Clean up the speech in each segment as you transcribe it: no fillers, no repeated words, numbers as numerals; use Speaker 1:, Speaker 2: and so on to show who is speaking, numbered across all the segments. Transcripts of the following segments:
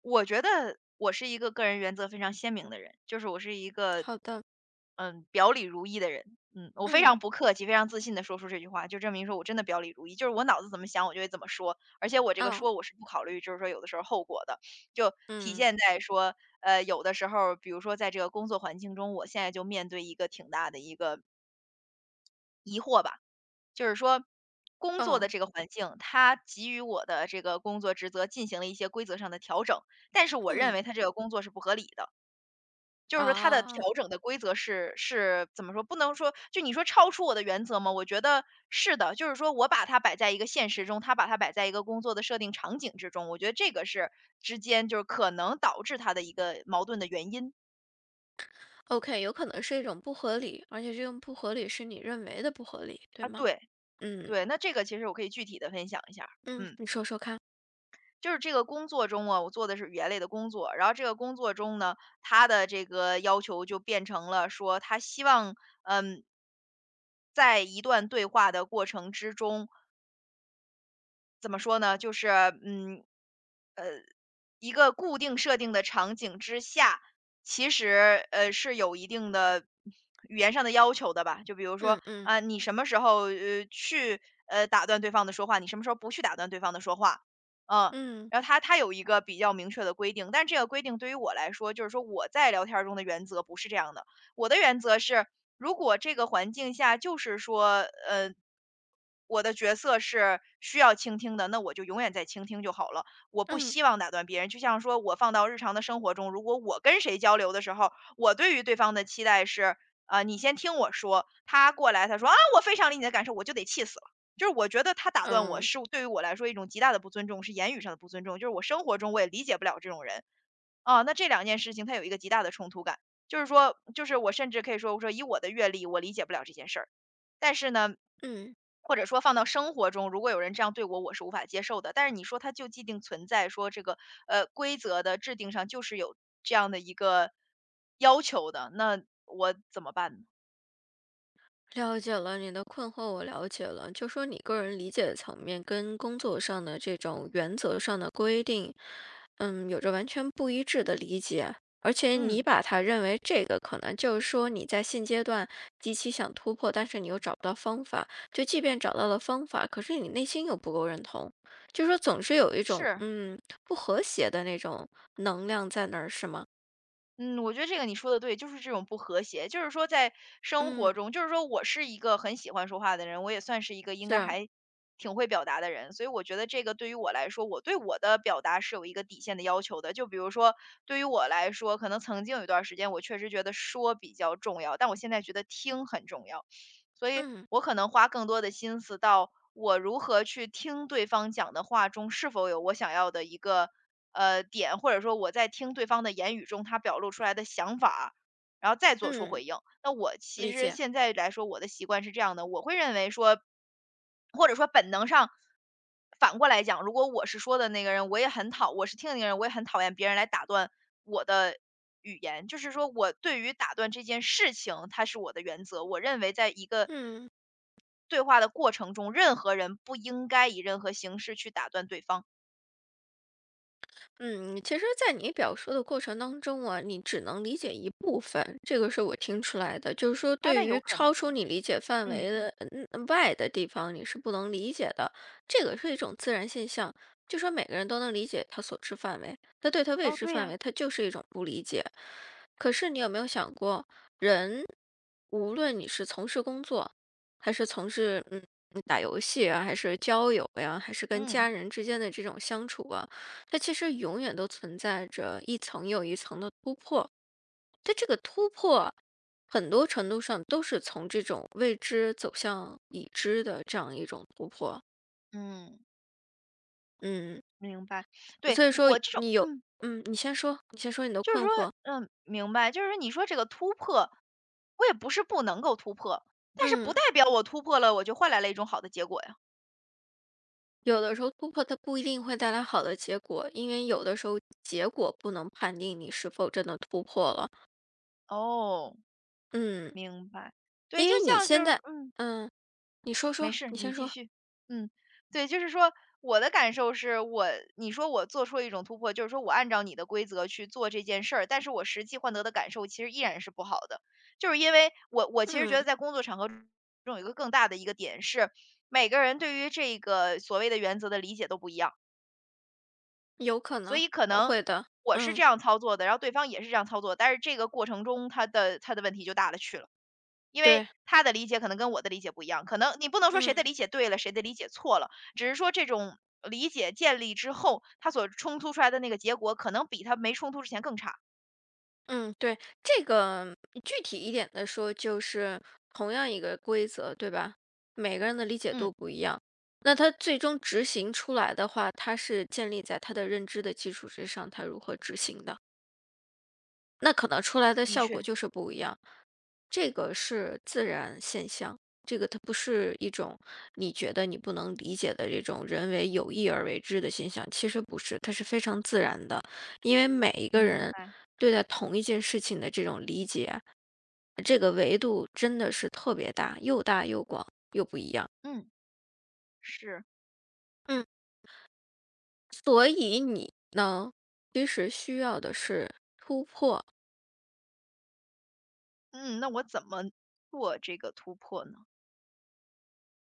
Speaker 1: 我觉得我是一个个人原则非常鲜明的人，就是我是一个，
Speaker 2: 好的。
Speaker 1: 表里如一的人。嗯，我非常
Speaker 2: 嗯。
Speaker 1: 不客气，非常自信的说出这句话，就证明说我真的表里如一，就是我脑子怎么想我就会怎么说，而且我这个
Speaker 2: 哦。
Speaker 1: 说我是不考虑就是说有的时候后果的，就体
Speaker 2: 嗯。
Speaker 1: 现在说，有的时候，比如说在这个工作环境中，我现在就面对一个挺大的一个疑惑吧，就是说工作的
Speaker 2: 哦。
Speaker 1: 这个环境，它给予我的这个工作职责进行了一些规则上的调整，但是我认
Speaker 2: 嗯。
Speaker 1: 为它这个工作是不合理的。就是说它的
Speaker 2: 哦
Speaker 1: 调整的规则是怎么说？不能说就你说超出我的原则吗？我觉得是的，就是说我把它摆在一个现实中，他把它摆在一个工作的设定场景之中，我觉得这个是之间就是可能导致他的一个矛盾的原因
Speaker 2: ，OK,有可能是一种不合理，而且这种不合理是你认为的不合理，对
Speaker 1: 啊。
Speaker 2: 吗？
Speaker 1: 对
Speaker 2: 嗯
Speaker 1: 对，那这个其实我可以具体的分享一下儿
Speaker 2: 嗯。
Speaker 1: 嗯。
Speaker 2: 你说说看。
Speaker 1: 就是这个工作中啊，我做的是语言类的工作，然后这个工作中呢，他的这个要求就变成了说，他希望，嗯，在一段对话的过程之中，怎么说呢？就是嗯，一个固定设定的场景之下，其实，是有一定的语言上的要求的吧。就比如说，
Speaker 2: 嗯嗯
Speaker 1: 啊，你什么时候，去，打断对方的说话，你什么时候不去打断对方的说话，嗯。
Speaker 2: 嗯
Speaker 1: 然后他有一个比较明确的规定，但这个规定对于我来说，就是说我在聊天儿中的原则不是这样的。我的原则是，如果这个环境下就是说，呃，我的角色是需要倾听的，那我就永远在倾听就好了。我不
Speaker 2: 嗯
Speaker 1: 希望打断别人。就像说我放到日常的生活中，如果我跟谁交流的时候，我对于对方的期待是，你先听我说，他过来他说啊，我非常理你的感受，我就得气死了。就是我觉得他打断我
Speaker 2: 嗯
Speaker 1: 是对于我来说一种极大的不尊重，是言语上的不尊重。就是我生活中我也理解不了这种人，啊，那这两件事情它有一个极大的冲突感，就是说，就是我甚至可以说，我说以我的阅历，我理解不了这件事儿，但是呢，
Speaker 2: 嗯。
Speaker 1: 或者说放到生活中，如果有人这样对我，我是无法接受的。但是你说它就既定存在，说这个规则的制定上就是有这样的一个要求的，那我怎么办呢？
Speaker 2: 了解了你的困惑，我了解了。就说你个人理解层面跟工作上的这种原则上的规定，嗯，有着完全不一致的理解，而且你
Speaker 1: 嗯，
Speaker 2: 把它认为这个可能就是说你在现阶段极其想突破，但是你又找不到方法。就即便找到了方法，可是你内心又不够认同，就说总是有一种
Speaker 1: 是。
Speaker 2: 不和谐的那种能量在那儿，是吗？
Speaker 1: 嗯，我觉得这个你说的对，就是这种不和谐，就是说在生
Speaker 2: 嗯，
Speaker 1: 活中，就是说我是一个很喜欢说话的人，我也算是一个应该
Speaker 2: 是。
Speaker 1: 还挺会表达的人，所以我觉得这个对于我来说，我对我的表达是有一个底线的要求的。就比如说，对于我来说，可能曾经有一段时间，我确实觉得说比较重要，但我现在觉得听很重要，所以
Speaker 2: 嗯
Speaker 1: 我可能花更多的心思到我如何去听对方讲的话中是否有我想要的一个。点，或者说我在听对方的言语中，他表露出来的想法，然后再做出
Speaker 2: 嗯，
Speaker 1: 回应。那我其
Speaker 2: 理
Speaker 1: 实
Speaker 2: 解。
Speaker 1: 现在来说，我的习惯是这样的，我会认为说，或者说本能上，反过来讲，如果我是说的那个人，我也很讨，我是听的那个人，我也很讨厌别人来打断我的语言。就是说我对于打断这件事情，它是我的原则。我认为在一个
Speaker 2: 嗯。
Speaker 1: 对话的过程中，任何人不应该以任何形式去打断对方。
Speaker 2: 嗯，其实，在你表述的过程当中啊，你只能理解一部分，这个是我听出来的。就是说，
Speaker 1: 哎，
Speaker 2: 对
Speaker 1: 那有
Speaker 2: 于
Speaker 1: 可能，
Speaker 2: 超出你理解范
Speaker 1: 嗯。
Speaker 2: 围的外的地方，你是不能理解的。这个是一种自然现象，就说每个人都能理解他所知范围，他对他未
Speaker 1: 哦，
Speaker 2: 知
Speaker 1: 对
Speaker 2: 范
Speaker 1: 呀，
Speaker 2: 围，他就是一种不理解。可是，你有没有想过，人无论你是从事工作，还是从事打游戏啊，还是交友呀，还是跟
Speaker 1: 嗯，
Speaker 2: 家人之间的这种相处啊？它其实永远都存在着一层又一层的突破。它这个突破，很多程度上都是从这种未知走向已知的这样一种突破。
Speaker 1: 嗯，
Speaker 2: 嗯。
Speaker 1: 明白。对，
Speaker 2: 所以说
Speaker 1: 我这种
Speaker 2: 你有，嗯，你先说，你先说你的
Speaker 1: 就是
Speaker 2: 困
Speaker 1: 说，
Speaker 2: 惑。
Speaker 1: 嗯，明白，就是说，你说这个突破，我也不是不能够突破，但是不代
Speaker 2: 嗯，
Speaker 1: 表我突破了，我就换来了一种好的结果呀。
Speaker 2: 有的时候突破它不一定会带来好的结果，因为有的时候结果不能判定你是否真的突破了。
Speaker 1: 哦，
Speaker 2: 嗯，
Speaker 1: 明白。对，
Speaker 2: 因
Speaker 1: 就
Speaker 2: 为你
Speaker 1: 像
Speaker 2: 现
Speaker 1: 就是
Speaker 2: 在，
Speaker 1: 嗯。
Speaker 2: 嗯，你说说，
Speaker 1: 没事，
Speaker 2: 你
Speaker 1: 你
Speaker 2: 先
Speaker 1: 继
Speaker 2: 说。
Speaker 1: 续。嗯，对，就是说我的感受是我你说我做出了一种突破，就是说我按照你的规则去做这件事儿，但是我实际换得的感受其实依然是不好的。就是因为我其实觉得
Speaker 2: 嗯，
Speaker 1: 在工作场合中有一个更大的一个点是，每个人对于这个所谓的原则的理解都不一样，
Speaker 2: 有可
Speaker 1: 所
Speaker 2: 能，
Speaker 1: 以可
Speaker 2: 我
Speaker 1: 能
Speaker 2: 会的。
Speaker 1: 我是这
Speaker 2: 嗯。
Speaker 1: 样操作的，然后对方也是这样操作，但是这个过程中他的问题就大了去了。因为
Speaker 2: 对。
Speaker 1: 他的理解可能跟我的理解不一样，可能你不能说谁的
Speaker 2: 嗯
Speaker 1: 理解对了，谁的理解错了，只是说这种理解建立之后，他所冲突出来的那个结果，可能比他没冲突之前更差。
Speaker 2: 嗯。对，这个具体一点的说，就是同样一个规则，对吧？每个人的理解
Speaker 1: 嗯，
Speaker 2: 度不一样，那他最终执行出来的话，他是建立在他的认知的基础之上，他如何执行的。那可能出来的
Speaker 1: 的
Speaker 2: 效果
Speaker 1: 确，
Speaker 2: 就是不一样。这个是自然现象，这个它不是一种你觉得你不能理解的这种人为有意而为之的现象，其实不是，它是非常自然的。因为每一个
Speaker 1: 明
Speaker 2: 人
Speaker 1: 白。
Speaker 2: 对待同一件事情的这种理解，这个维度真的是特别大，又大又广。
Speaker 1: 嗯，是。
Speaker 2: 嗯，所以你呢，其实需要的是突破。
Speaker 1: 嗯，那我怎么做这个突破呢？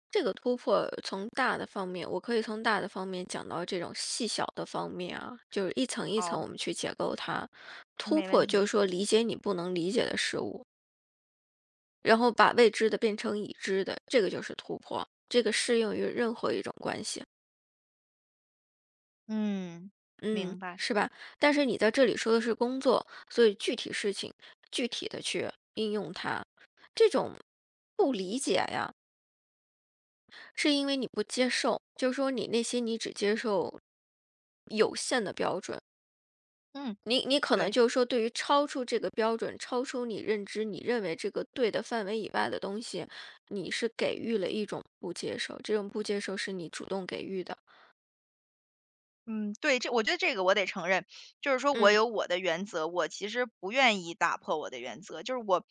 Speaker 2: 这个突破从大的方面，我可以从大的方面讲到这种细小的方面啊，就是一层一层
Speaker 1: 好，
Speaker 2: 我们去解构它。突
Speaker 1: 没问
Speaker 2: 破就是
Speaker 1: 题。
Speaker 2: 说理解你不能理解的事物，然后把未知的变成已知的，这个就是突破。这个适用于任何一种关系，
Speaker 1: 嗯，明
Speaker 2: 嗯，
Speaker 1: 白。
Speaker 2: 是吧？但是你在这里说的是工作，所以具体事情具体的去应用它，这种不理解呀。是因为你不接受，就是说你那些你只接受有限的标准，
Speaker 1: 嗯，
Speaker 2: 你可能
Speaker 1: 对。
Speaker 2: 就是说对于超出这个标准、超出你认知、你认为这个对的范围以外的东西，你是给予了一种不接受，这种不接受是你主动给予的。
Speaker 1: 嗯，对，这我觉得这个我得承认，就是说我有
Speaker 2: 嗯。
Speaker 1: 我的原则，我其实不愿意打破我的原则，就是我，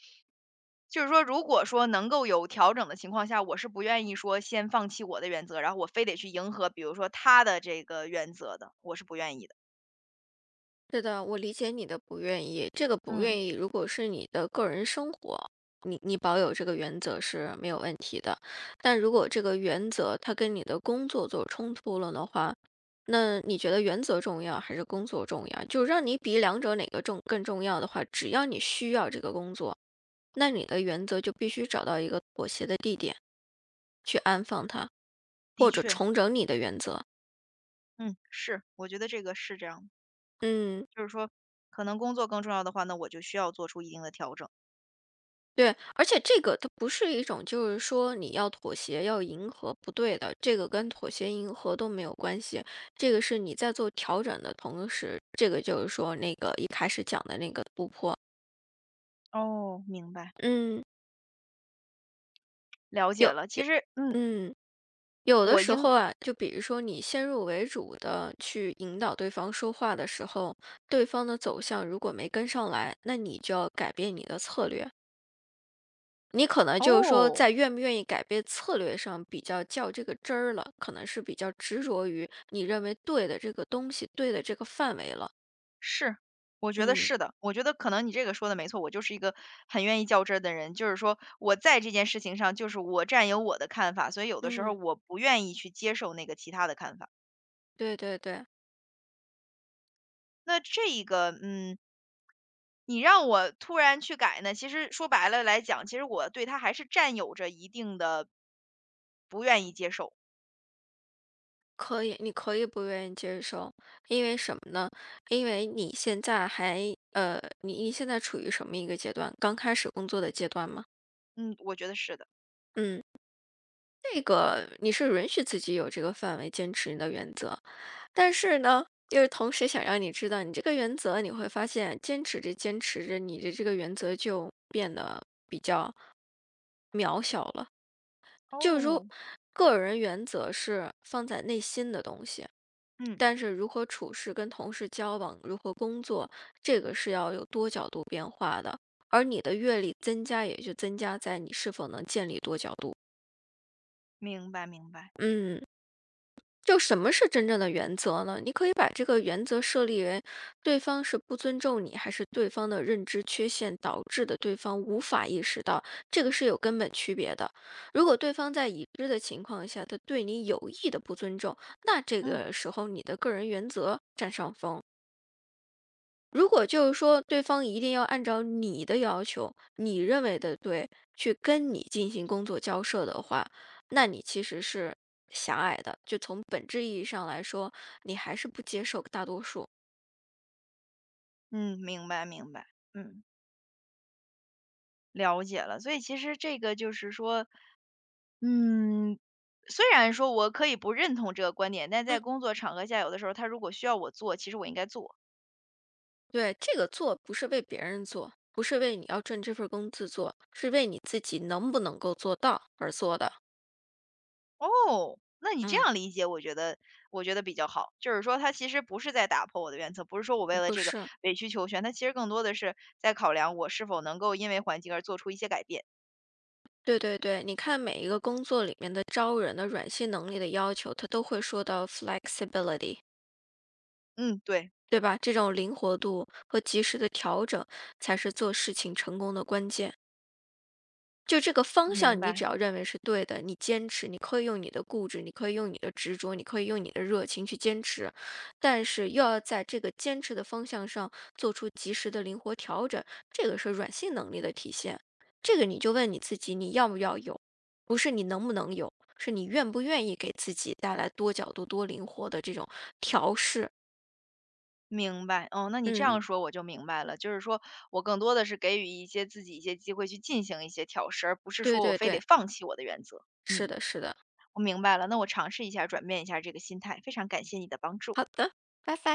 Speaker 1: 就是说，如果说能够有调整的情况下，我是不愿意说先放弃我的原则，然后我非得去迎合，比如说他的这个原则的，我是不愿意的。
Speaker 2: 是的，我理解你的不愿意。这个不
Speaker 1: 嗯，
Speaker 2: 愿意，如果是你的个人生活，你保有这个原则是没有问题的。但如果这个原则它跟你的工作做冲突了的话，那你觉得原则重要还是工作重要？就让你比两者哪个重更重要的话，只要你需要这个工作，那你的原则就必须找到一个妥协的地点去安放它，
Speaker 1: 的
Speaker 2: 或者
Speaker 1: 确，
Speaker 2: 重整你的原则。
Speaker 1: 嗯，是，我觉得这个是这样的
Speaker 2: 嗯。
Speaker 1: 就是说，可能工作更重要的话，那我就需要做出一定的调整。
Speaker 2: 对，而且这个它不是一种，就是说你要妥协、要迎合，不对的，这个跟妥协、迎合都没有关系。这个是你在做调整的同时，这个就是说那个一开始讲的那个突破。
Speaker 1: 哦，明白，
Speaker 2: 嗯，
Speaker 1: 了解
Speaker 2: 有，
Speaker 1: 了。其实，
Speaker 2: 嗯，有的
Speaker 1: 我
Speaker 2: 时
Speaker 1: 应，
Speaker 2: 候啊，就比如说你先入为主的去引导对方说话的时候，对方的走向如果没跟上来，那你就要改变你的策略。你可能就是说，
Speaker 1: 哦。
Speaker 2: 在愿不愿意改变策略上比较较这个真儿了，可能是比较执着于你认为对的这个东西，对的这个范围了。
Speaker 1: 是，我觉得
Speaker 2: 嗯
Speaker 1: 是的。我觉得可能你这个说的没错，我就是一个很愿意较真儿的人，就是说我在这件事情上，就是我占有我的看法，所以有的时候
Speaker 2: 嗯。
Speaker 1: 我不愿意去接受那个其他的看法。
Speaker 2: 对对对，
Speaker 1: 那这一个，你让我突然去改呢，其实说白了来讲，其实我对他还是占有着一定的不愿意接受。
Speaker 2: 可以，你可以不愿意接受，因为什么呢？因为你现在还你现在处于什么一个阶段？刚开始工作的阶段吗？
Speaker 1: 嗯，我觉得是的。
Speaker 2: 嗯，这个你是允许自己有这个范围，坚持你的原则。但是呢，就是同时想让你知道，你这个原则，你会发现坚持着坚持着，你的这个原则就变得比较渺小了。就如
Speaker 1: 哦，
Speaker 2: 个人原则是放在内心的东西，
Speaker 1: 嗯，
Speaker 2: 但是如何处事、跟同事交往、如何工作，这个是要有多角度变化的。而你的阅历增加，也就增加在你是否能建立多角度。
Speaker 1: 明白明白，
Speaker 2: 嗯。就什么是真正的原则呢？你可以把这个原则设立为对方是不尊重你，还是对方的认知缺陷导致的，对方无法意识到，这个是有根本区别的。如果对方在已知的情况下，他对你有意的不尊重，那这
Speaker 1: 嗯
Speaker 2: 个时候你的个人原则占上风。如果就是说对方一定要按照你的要求，你认为的对，去跟你进行工作交涉的话，那你其实是狭隘的。就从本质意义上来说，你还是不接受大多数。
Speaker 1: 嗯，明白明白，嗯，了解了。所以其实这个就是说。嗯，虽然说我可以不认同这个观点，但在
Speaker 2: 嗯，
Speaker 1: 工作场合下，有的时候他如果需要我做，其实我应该做。
Speaker 2: 对，这个做不是为别人做，不是为你要挣这份工资做，是为你自己能不能够做到而做的。
Speaker 1: 哦，那你这
Speaker 2: 嗯，
Speaker 1: 样理解，我觉得比较好。就是说，他其实不是在打破我的原则，不是说我为了
Speaker 2: 不
Speaker 1: 这个
Speaker 2: 是。
Speaker 1: 委曲求全，他其实更多的是在考量我是否能够因为环境而做出一些改变。
Speaker 2: 对对对，你看每一个工作里面的招人的软性能力的要求，他都会说到 flexibility。
Speaker 1: 嗯，对，
Speaker 2: 对吧？这种灵活度和及时的调整，才是做事情成功的关键。就这个方
Speaker 1: 明
Speaker 2: 向，你
Speaker 1: 白。
Speaker 2: 只要认为是对的，你坚持，你可以用你的固执，你可以用你的执着，你可以用你的热情去坚持，但是又要在这个坚持的方向上做出及时的灵活调整，这个是软性能力的体现。这个你就问你自己，你要不要有？不是你能不能有，是你愿不愿意给自己带来多角度、多灵活的这种调试。
Speaker 1: 明白，哦，那你这样
Speaker 2: 嗯，
Speaker 1: 说我就明白了，就是说我更多的是给予一些自己一些机会去进行一些调试，而不是
Speaker 2: 对
Speaker 1: 说我
Speaker 2: 对
Speaker 1: 非得
Speaker 2: 对。
Speaker 1: 放弃我的原则。嗯。
Speaker 2: 是的，是的。
Speaker 1: 我明白了，那我尝试一下，转变一下这个心态，非常感谢你的帮助。
Speaker 2: 好的，拜拜。